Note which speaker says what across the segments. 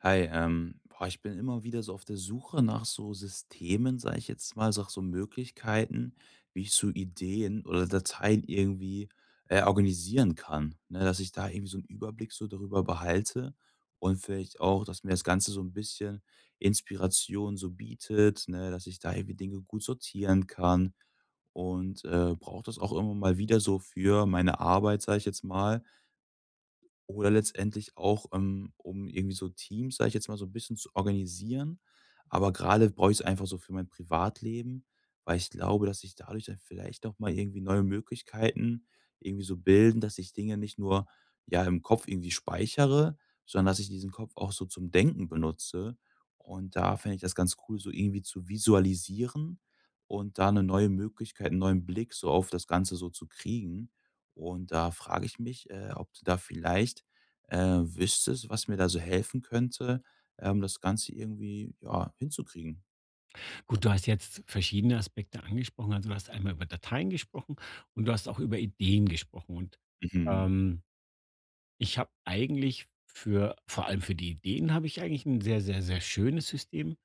Speaker 1: Hi, boah, ich bin immer wieder so auf der Suche nach so Systemen, sage ich jetzt mal, nach so Möglichkeiten, wie ich so Ideen oder Dateien irgendwie organisieren kann. Ne? Dass ich da irgendwie so einen Überblick so darüber behalte und vielleicht auch, dass mir das Ganze so ein bisschen Inspiration so bietet, ne? Dass ich da irgendwie Dinge gut sortieren kann und brauche das auch immer mal wieder so für meine Arbeit, sage ich jetzt mal, oder letztendlich auch, um irgendwie so Teams, sage ich jetzt mal, so ein bisschen zu organisieren. Aber gerade brauche ich es einfach so für mein Privatleben, weil ich glaube, dass sich dadurch dann vielleicht noch mal irgendwie neue Möglichkeiten irgendwie so bilden, dass ich Dinge nicht nur, ja, im Kopf irgendwie speichere, sondern dass ich diesen Kopf auch so zum Denken benutze. Und da fände ich das ganz cool, so irgendwie zu visualisieren und da eine neue Möglichkeit, einen neuen Blick so auf das Ganze so zu kriegen. Und da frage ich mich, ob du da vielleicht, wüsstest, was mir da so helfen könnte, das Ganze irgendwie, ja, hinzukriegen.
Speaker 2: Gut, du hast jetzt verschiedene Aspekte angesprochen. Also du hast einmal über Dateien gesprochen und du hast auch über Ideen gesprochen.
Speaker 1: Mhm.
Speaker 2: Ähm, Ich habe eigentlich vor allem für die Ideen, habe ich eigentlich ein sehr, sehr, sehr schönes System.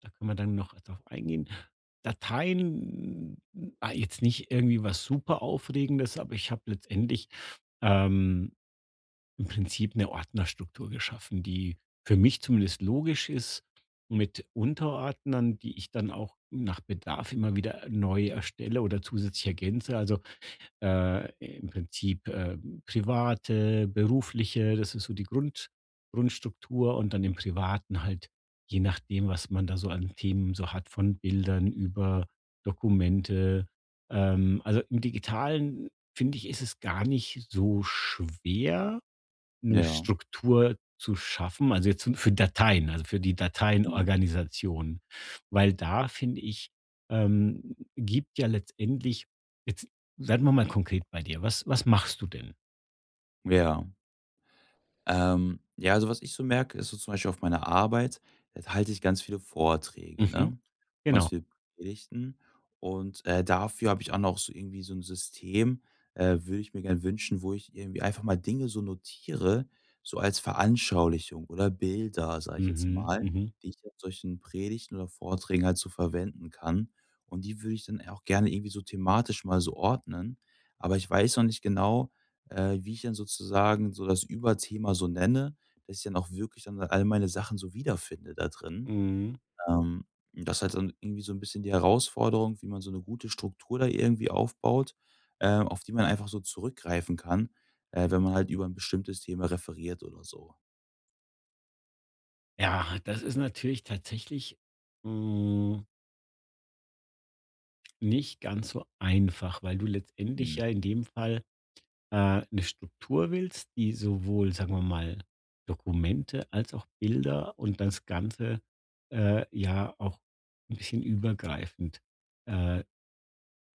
Speaker 2: Da können wir dann noch drauf eingehen. Dateien, jetzt nicht irgendwie was super Aufregendes, aber ich habe letztendlich ähm, im Prinzip eine Ordnerstruktur geschaffen, die für mich zumindest logisch ist, mit Unterordnern, die ich dann auch nach Bedarf immer wieder neu erstelle oder zusätzlich ergänze. Also, im Prinzip, private, berufliche, das ist so die Grundstruktur und dann im Privaten halt, je nachdem, was man da so an Themen so hat, von Bildern über Dokumente. Also, im Digitalen, finde ich, ist es gar nicht so schwer. 'Ne
Speaker 1: Ja.
Speaker 2: Struktur zu schaffen, also jetzt für Dateien, also für die
Speaker 1: Mhm.
Speaker 2: Dateienorganisation. Weil da finde ich, gibt ja letztendlich jetzt werden wir mal konkret bei dir. Was machst du denn?
Speaker 1: Ja. Ja, also was ich so merke, ist so zum Beispiel auf meiner Arbeit, da halte ich ganz viele Vorträge,
Speaker 2: Mhm,
Speaker 1: ne? Und ganz
Speaker 2: genau.
Speaker 1: viele Predigten. Und dafür habe ich auch noch so irgendwie so ein System, würde ich mir gerne wünschen, wo ich irgendwie einfach mal Dinge so notiere, so als Veranschaulichung oder Bilder, sage ich jetzt
Speaker 2: Mhm,
Speaker 1: mal,
Speaker 2: mhm,
Speaker 1: die ich auf solchen Predigten oder Vorträgen halt so verwenden kann. Und die würde ich dann auch gerne irgendwie so thematisch mal so ordnen. Aber ich weiß noch nicht genau, wie ich dann sozusagen so das Überthema so nenne, dass ich dann auch wirklich dann all meine Sachen so wiederfinde da drin.
Speaker 2: mhm.
Speaker 1: Ähm, das ist halt dann irgendwie so ein bisschen die Herausforderung, wie man so eine gute Struktur da irgendwie aufbaut, auf die man einfach so zurückgreifen kann, wenn man halt über ein bestimmtes Thema referiert oder so.
Speaker 2: Ja, das ist natürlich tatsächlich, hm, nicht ganz so einfach, weil du letztendlich
Speaker 1: Mhm.
Speaker 2: ja in dem Fall 'ne Struktur willst, die sowohl, sagen wir mal, Dokumente als auch Bilder und das Ganze, ja auch ein bisschen übergreifend, äh,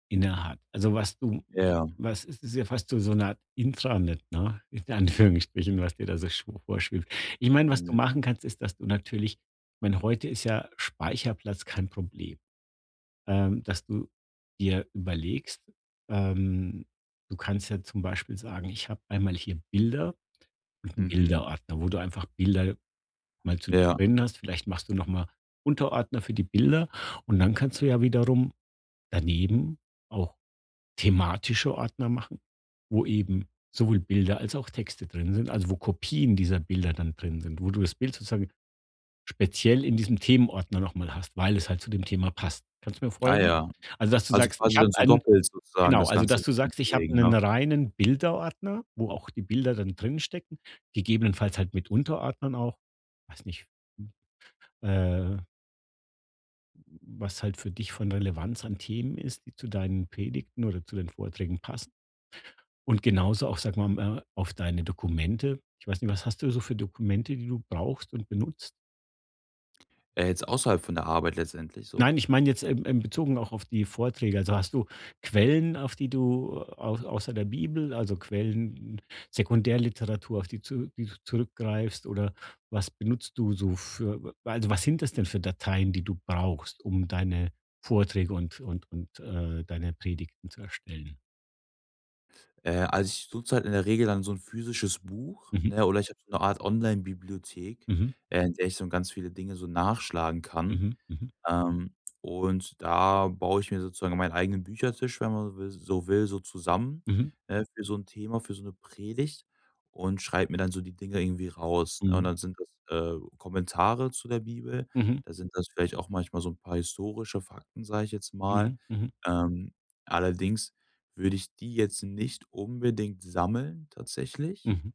Speaker 2: innehat. Also,
Speaker 1: Ja.
Speaker 2: was es ist ja fast so eine Art Intranet, ne, in Anführungsstrichen, was dir da so schw vorschwebt. Ich meine, was du
Speaker 1: Mhm.
Speaker 2: machen kannst, ist, dass du natürlich ich meine, heute ist ja Speicherplatz kein Problem, dass du dir überlegst, ähm, du kannst ja zum Beispiel sagen, ich habe einmal hier Bilder und 'n
Speaker 1: Mhm.
Speaker 2: Bilderordner, wo du einfach Bilder mal zu dir
Speaker 1: Ja.
Speaker 2: drin hast. Vielleicht machst du noch mal Unterordner für die Bilder und dann kannst du ja wiederum daneben auch thematische Ordner machen, wo eben sowohl Bilder als auch Texte drin sind, also wo Kopien dieser Bilder dann drin sind, wo du das Bild sozusagen speziell in diesem Themenordner noch mal hast, weil es halt zu dem Thema passt. Kannst du mir
Speaker 1: Ah
Speaker 2: folgen?
Speaker 1: ja.
Speaker 2: Also, dass du
Speaker 1: Also
Speaker 2: sagst: „Ich
Speaker 1: quasi
Speaker 2: habe
Speaker 1: dann so
Speaker 2: einen“
Speaker 1: doppelt sozusagen
Speaker 2: genau,
Speaker 1: das
Speaker 2: also,
Speaker 1: Ganze
Speaker 2: dass du
Speaker 1: irgendwie
Speaker 2: sagst: „Ich habe
Speaker 1: anzulegen,
Speaker 2: einen
Speaker 1: ja?
Speaker 2: reinen Bilderordner“, wo auch die Bilder dann drinstecken, gegebenenfalls halt mit Unterordnern auch. Weiß nicht, äh, was halt für dich von Relevanz an Themen ist, die zu deinen Predigten oder zu den Vorträgen passen. Und genauso auch, sagen wir mal, auf deine Dokumente. Ich weiß nicht, was hast du so für Dokumente, die du brauchst und benutzt?
Speaker 1: Jetzt außerhalb von der Arbeit letztendlich so?
Speaker 2: Nein, ich meine jetzt im im bezogen auch auf die Vorträge. Also, hast du Quellen, auf die du au außer der Bibel, also Quellen, Sekundärliteratur, auf die zu die du zurückgreifst oder was benutzt du so für also, was sind das denn für Dateien, die du brauchst, um deine Vorträge und, deine Predigten zu erstellen?
Speaker 1: Also, ich nutze halt in der Regel dann so 'n physisches Buch,
Speaker 2: Mhm,
Speaker 1: ne, oder ich habe so 'ne Art Online-Bibliothek,
Speaker 2: mhm,
Speaker 1: in der ich dann ganz viele Dinge so nachschlagen kann.
Speaker 2: mhm, mhm,
Speaker 1: Ähm, und da baue ich mir sozusagen meinen eigenen Büchertisch, wenn man so will, so zusammen,
Speaker 2: mhm,
Speaker 1: ne, für so ein Thema, für so eine Predigt und schreibe mir dann so die Dinge irgendwie raus, ne? Und
Speaker 2: mhm,
Speaker 1: dann sind das, Kommentare zu der Bibel,
Speaker 2: mhm,
Speaker 1: da sind das vielleicht auch manchmal so ein paar historische Fakten, sage ich jetzt mal.
Speaker 2: mhm, mhm,
Speaker 1: Ähm, allerdings würde ich die jetzt nicht unbedingt sammeln tatsächlich.
Speaker 2: mhm,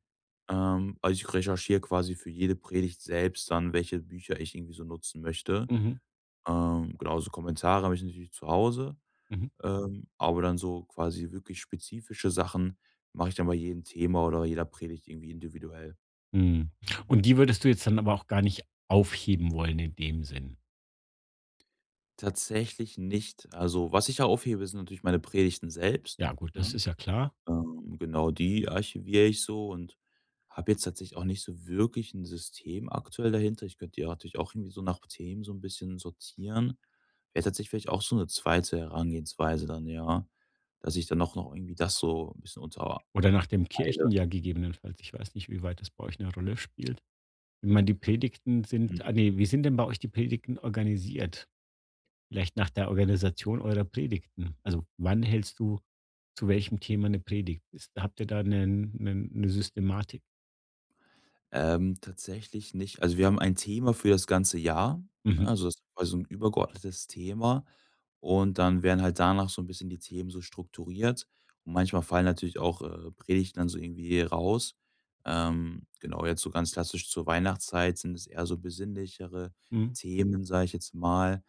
Speaker 1: Also, ich recherchiere quasi für jede Predigt selbst dann, welche Bücher ich irgendwie so nutzen möchte.
Speaker 2: mhm,
Speaker 1: Genau, so Kommentare habe ich natürlich zu Hause,
Speaker 2: mhm,
Speaker 1: aber dann so quasi wirklich spezifische Sachen mache ich dann bei jedem Thema oder jeder Predigt irgendwie individuell.
Speaker 2: mhm. Und die würdest du jetzt dann aber auch gar nicht aufheben wollen in dem Sinn?
Speaker 1: Tatsächlich nicht. Also, was ich ja aufhebe, sind natürlich meine Predigten selbst,
Speaker 2: Ja gut, das
Speaker 1: ne?
Speaker 2: ist ja klar.
Speaker 1: Genau, die archiviere ich so und habe jetzt tatsächlich auch nicht so wirklich ein System aktuell dahinter. Ich könnte ja natürlich auch irgendwie so nach Themen so ein bisschen sortieren. Wäre tatsächlich vielleicht auch so eine zweite Herangehensweise dann, ja, dass ich dann auch noch irgendwie das so ein bisschen unter
Speaker 2: Oder nach dem
Speaker 1: Teile.
Speaker 2: Kirchenjahr gegebenenfalls. Ich weiß nicht, wie weit das bei euch eine Rolle spielt. Ich meine, die Predigten
Speaker 1: Mhm.
Speaker 2: sind ne, wie sind denn bei euch die Predigten organisiert? Vielleicht nach der Organisation eurer Predigten. Also, wann hältst du zu welchem Thema eine Predigt? Ist Habt ihr da eine 'nen 'ne Systematik?
Speaker 1: Tatsächlich nicht. Also, wir haben ein Thema für das ganze Jahr, ne?
Speaker 2: Mhm.
Speaker 1: Also, das war so 'n übergeordnetes Thema und dann werden halt danach so ein bisschen die Themen so strukturiert. Und manchmal fallen natürlich auch, Predigten dann so irgendwie raus. Genau, jetzt so ganz klassisch zur Weihnachtszeit sind es eher so besinnlichere
Speaker 2: Mhm.
Speaker 1: Themen, sage ich jetzt mal.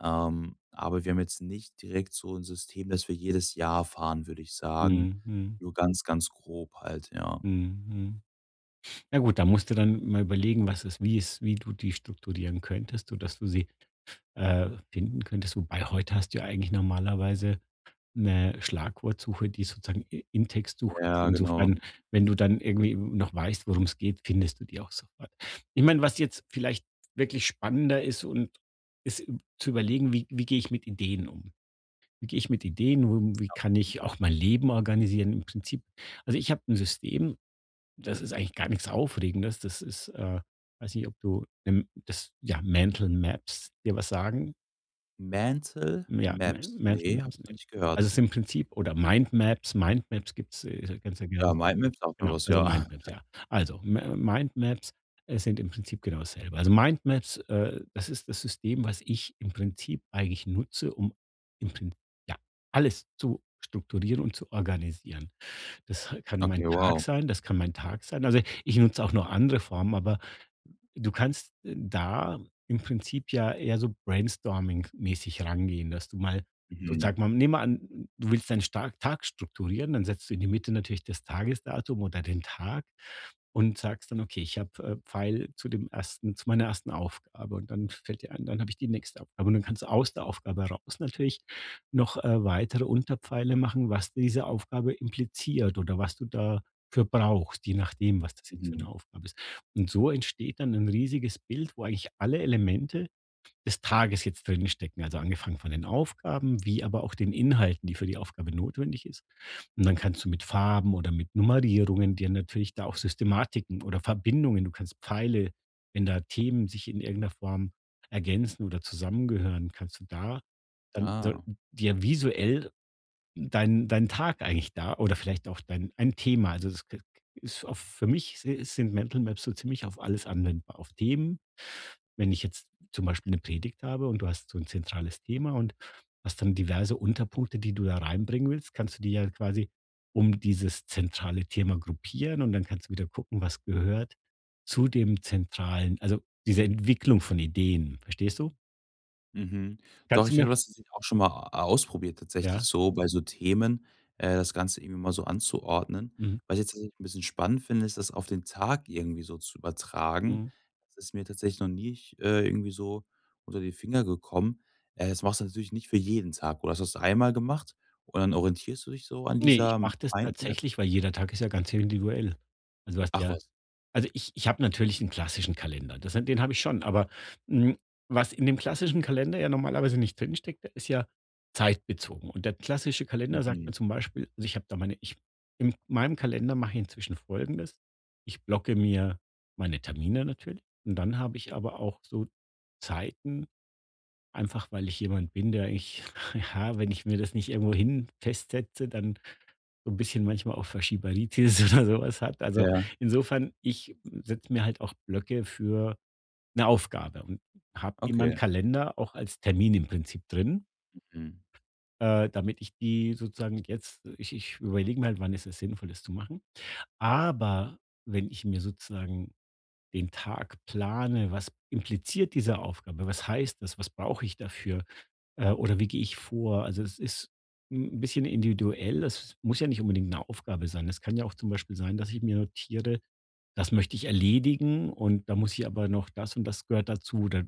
Speaker 1: Aber wir haben jetzt nicht direkt so ein System, das wir jedes Jahr fahren, würde ich sagen.
Speaker 2: Mhm. Mhm.
Speaker 1: Nur ganz, ganz grob halt, ja.
Speaker 2: Mhm. Mhm. Ja gut, da musst du dann mal überlegen, was es wie du die strukturieren könntest, sodass du sie finden könntest. Wobei heute hast du ja eigentlich normalerweise 'ne Schlagwortsuche, die sozusagen i im Text suche ist.
Speaker 1: Ja, genau.
Speaker 2: Insofern, wenn du dann irgendwie noch weißt, worum's geht, findest du die auch sofort. Ich meine, was jetzt vielleicht wirklich spannender ist ist üb zu überlegen, wie gehe ich mit Ideen um? Wie gehe ich mit Ideen um? Wie kann
Speaker 1: Mhm.
Speaker 2: ich auch mein Leben organisieren im Prinzip? Also, ich habe 'n System, das ist eigentlich gar nix Aufregendes. Das ist, weiß nicht, ob du, das ja, Mental Maps dir was sagen?
Speaker 1: Mantle
Speaker 2: Ja, Ma
Speaker 1: Maps?
Speaker 2: Mental
Speaker 1: Ne, habe
Speaker 2: Maps,
Speaker 1: ich noch
Speaker 2: ja.
Speaker 1: nicht
Speaker 2: Also,
Speaker 1: gehört.
Speaker 2: es ist im Prinzip oder Mindmaps gibt's ganz ja gerne.
Speaker 1: Ja, MindMaps sagt mir
Speaker 2: Genau,
Speaker 1: was,
Speaker 2: also
Speaker 1: ja.
Speaker 2: Mindmaps, ja. Also, Ma Mindmaps, sind im Prinzip genau dasselbe. Also, Mindmaps, das ist das System, was ich im Prinzip eigentlich nutze, um im Prin ja, alles zu strukturieren und zu organisieren. Das kann mein
Speaker 1: Okay,
Speaker 2: Tag
Speaker 1: wow.
Speaker 2: sein, das kann mein Tag sein. Also, ich nutze auch noch andere Formen, aber du kannst da im Prinzip ja eher so brainstorming-mäßig rangehen, dass du mal
Speaker 1: Mhm,
Speaker 2: sag mal, nehmen wir an, du willst deinen stark Tag strukturieren, dann setzt du in die Mitte natürlich das Tagesdatum oder den Tag und sagst dann: „Okay, ich habe, Pfeil zu meiner ersten Aufgabe.“ Und dann fällt dir ein, dann habe ich die nächste Aufgabe. Und dann kannst du aus der Aufgabe raus natürlich noch, weitere Unterpfeile machen, was diese Aufgabe impliziert oder was du dafür brauchst, je nachdem, was das jetzt für
Speaker 1: mhm.
Speaker 2: eine Aufgabe ist. Und so entsteht dann ein riesiges Bild, wo eigentlich alle Elemente des Tages jetzt drin stecken. Also, angefangen von den Aufgaben, wie aber auch den Inhalten, die für die Aufgabe notwendig ist. Und dann kannst du mit Farben oder mit Nummerierungen dir natürlich da auch Systematiken oder Verbindungen du kannst Pfeile, wenn da Themen sich in irgendeiner Form ergänzen oder zusammengehören, kannst du da dann so
Speaker 1: Ah,
Speaker 2: dir visuell deinen Tag eigentlich da oder vielleicht auch dein ein Thema. Also, das k ist auf für mich si sind Mental Maps so ziemlich auf alles anwendbar. Auf Themen, wenn ich jetzt zum Beispiel eine Predigt habe und du hast so ein zentrales Thema und hast dann diverse Unterpunkte, die du da reinbringen willst, kannst du die ja quasi um dieses zentrale Thema gruppieren und dann kannst du wieder gucken, was gehört zu dem zentralen also, diese Entwicklung von Ideen, verstehst du?
Speaker 1: mhm. Doch,
Speaker 2: Kannst du
Speaker 1: ich hatte
Speaker 2: mir
Speaker 1: das tatsächlich auch schon mal a ausprobiert tatsächlich
Speaker 2: ja,
Speaker 1: so bei so Themen, das Ganze irgendwie mal so anzuordnen.
Speaker 2: mhm,
Speaker 1: Was ich jetzt tatsächlich 'n bisschen spannend finde, ist, das auf den Tag irgendwie so zu übertragen.
Speaker 2: mhm.
Speaker 1: Das ist mir tatsächlich noch nicht, irgendwie so unter die Finger gekommen. Das machst du natürlich nicht für jeden Tag, oder? Das hast du einmal gemacht und dann orientierst du dich so an
Speaker 2: Ne,
Speaker 1: dieser
Speaker 2: ich mache das
Speaker 1: Mindmap.
Speaker 2: tatsächlich, weil jeder Tag ist ja ganz individuell. Also, du hast
Speaker 1: Ach
Speaker 2: ja
Speaker 1: was.
Speaker 2: also, ich habe natürlich 'n klassischen Kalender, das den habe ich schon, aber, hm, was in dem klassischen Kalender ja normalerweise nicht drinsteckt, ist ja zeitbezogen. Und der klassische Kalender sagt
Speaker 1: Mhm.
Speaker 2: mir zum Beispiel also, ich in meinem Kalender mache ich inzwischen Folgendes: Ich blocke mir meine Termine natürlich und dann habe ich aber auch so Zeiten, einfach weil ich jemand bin, der ich ja, wenn ich mir das nicht irgendwo hin festsetze, dann so 'n bisschen manchmal auch Faschibagitis oder sowas hat. Also,
Speaker 1: Ja, ja,
Speaker 2: insofern, ich setze mir halt auch Blöcke für eine Aufgabe und habe in meinem
Speaker 1: okay.
Speaker 2: Kalender auch als Termin im Prinzip drin,
Speaker 1: Mhm.
Speaker 2: damit ich die sozusagen jetzt ich ich überlege mir halt, wann ist es sinnvoll, das zu machen. Aber wenn ich mir sozusagen den Tag plane, was impliziert diese Aufgabe? Was heißt das? Was brauche ich dafür? Oder wie gehe ich vor? Also es ist ein bisschen individuell. Es muss ja nicht unbedingt eine Aufgabe sein. Es kann ja auch zum Beispiel sein, dass ich mir notiere, das möchte ich erledigen und da muss ich aber noch das und das gehört dazu. Oder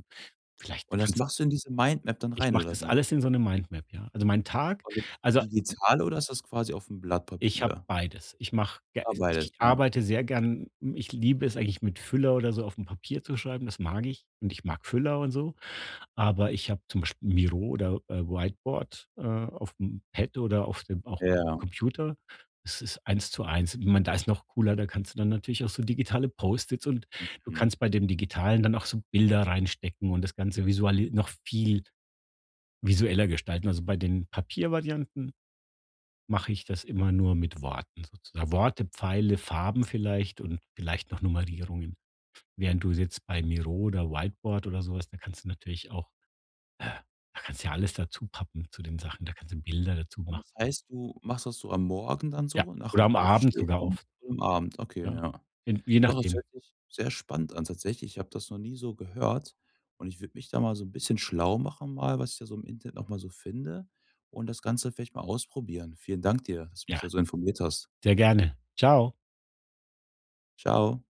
Speaker 2: vielleicht
Speaker 1: Und das
Speaker 2: kann's
Speaker 1: machst du in diese Mindmap dann
Speaker 2: ich
Speaker 1: rein
Speaker 2: mache
Speaker 1: oder
Speaker 2: das
Speaker 1: wie?
Speaker 2: alles in so eine Mindmap, ja. Also mein Tag
Speaker 1: Und das ist die
Speaker 2: also
Speaker 1: digitale oder ist das quasi auf'm Blatt
Speaker 2: ich habe
Speaker 1: Papier?
Speaker 2: beides.
Speaker 1: Ah, beides,
Speaker 2: Ich
Speaker 1: ja.
Speaker 2: arbeite sehr gern ich liebe es eigentlich mit Füller oder so auf dem Papier zu schreiben, das mag ich und ich mag Füller und so. Aber ich habe zum Beispiel Miro oder, Whiteboard, auf dem Pad oder auf dem auch auf dem
Speaker 1: Ja,
Speaker 2: Computer. Es ist eins zu eins. Ich meine, da ist noch cooler, da kannst du dann natürlich auch so digitale Post-its und du
Speaker 1: mhm.
Speaker 2: kannst bei dem Digitalen dann auch so Bilder reinstecken und das Ganze visuali noch viel visueller gestalten. Also, bei den Papiervarianten mache ich das immer nur mit Worten sozusagen. Worte, Pfeile, Farben vielleicht und vielleicht noch Nummerierungen. Während du jetzt bei Miro oder Whiteboard oder sowas, da kannst du natürlich auch äh, da kannst du ja alles dazu pappen zu den Sachen. Da kannst du Bilder dazu
Speaker 1: Und
Speaker 2: machen.
Speaker 1: das heißt, du machst das so am Morgen dann
Speaker 2: Ja,
Speaker 1: so, nach'm
Speaker 2: oder am Abend
Speaker 1: Aufstehen
Speaker 2: sogar
Speaker 1: dann
Speaker 2: oft,
Speaker 1: und am Abend? Okay,
Speaker 2: ja.
Speaker 1: ja.
Speaker 2: In je
Speaker 1: Doch, das
Speaker 2: nachdem.
Speaker 1: hört sich sehr spannend an tatsächlich. Ich habe das noch nie so gehört und ich würde mich da mal so 'n bisschen schlau machen mal, was ich da so im Internet noch mal so finde und das Ganze vielleicht mal ausprobieren. Vielen Dank dir, dass du mich
Speaker 2: Ja,
Speaker 1: da so informiert hast.
Speaker 2: sehr gerne. Ciao.
Speaker 1: Tschau.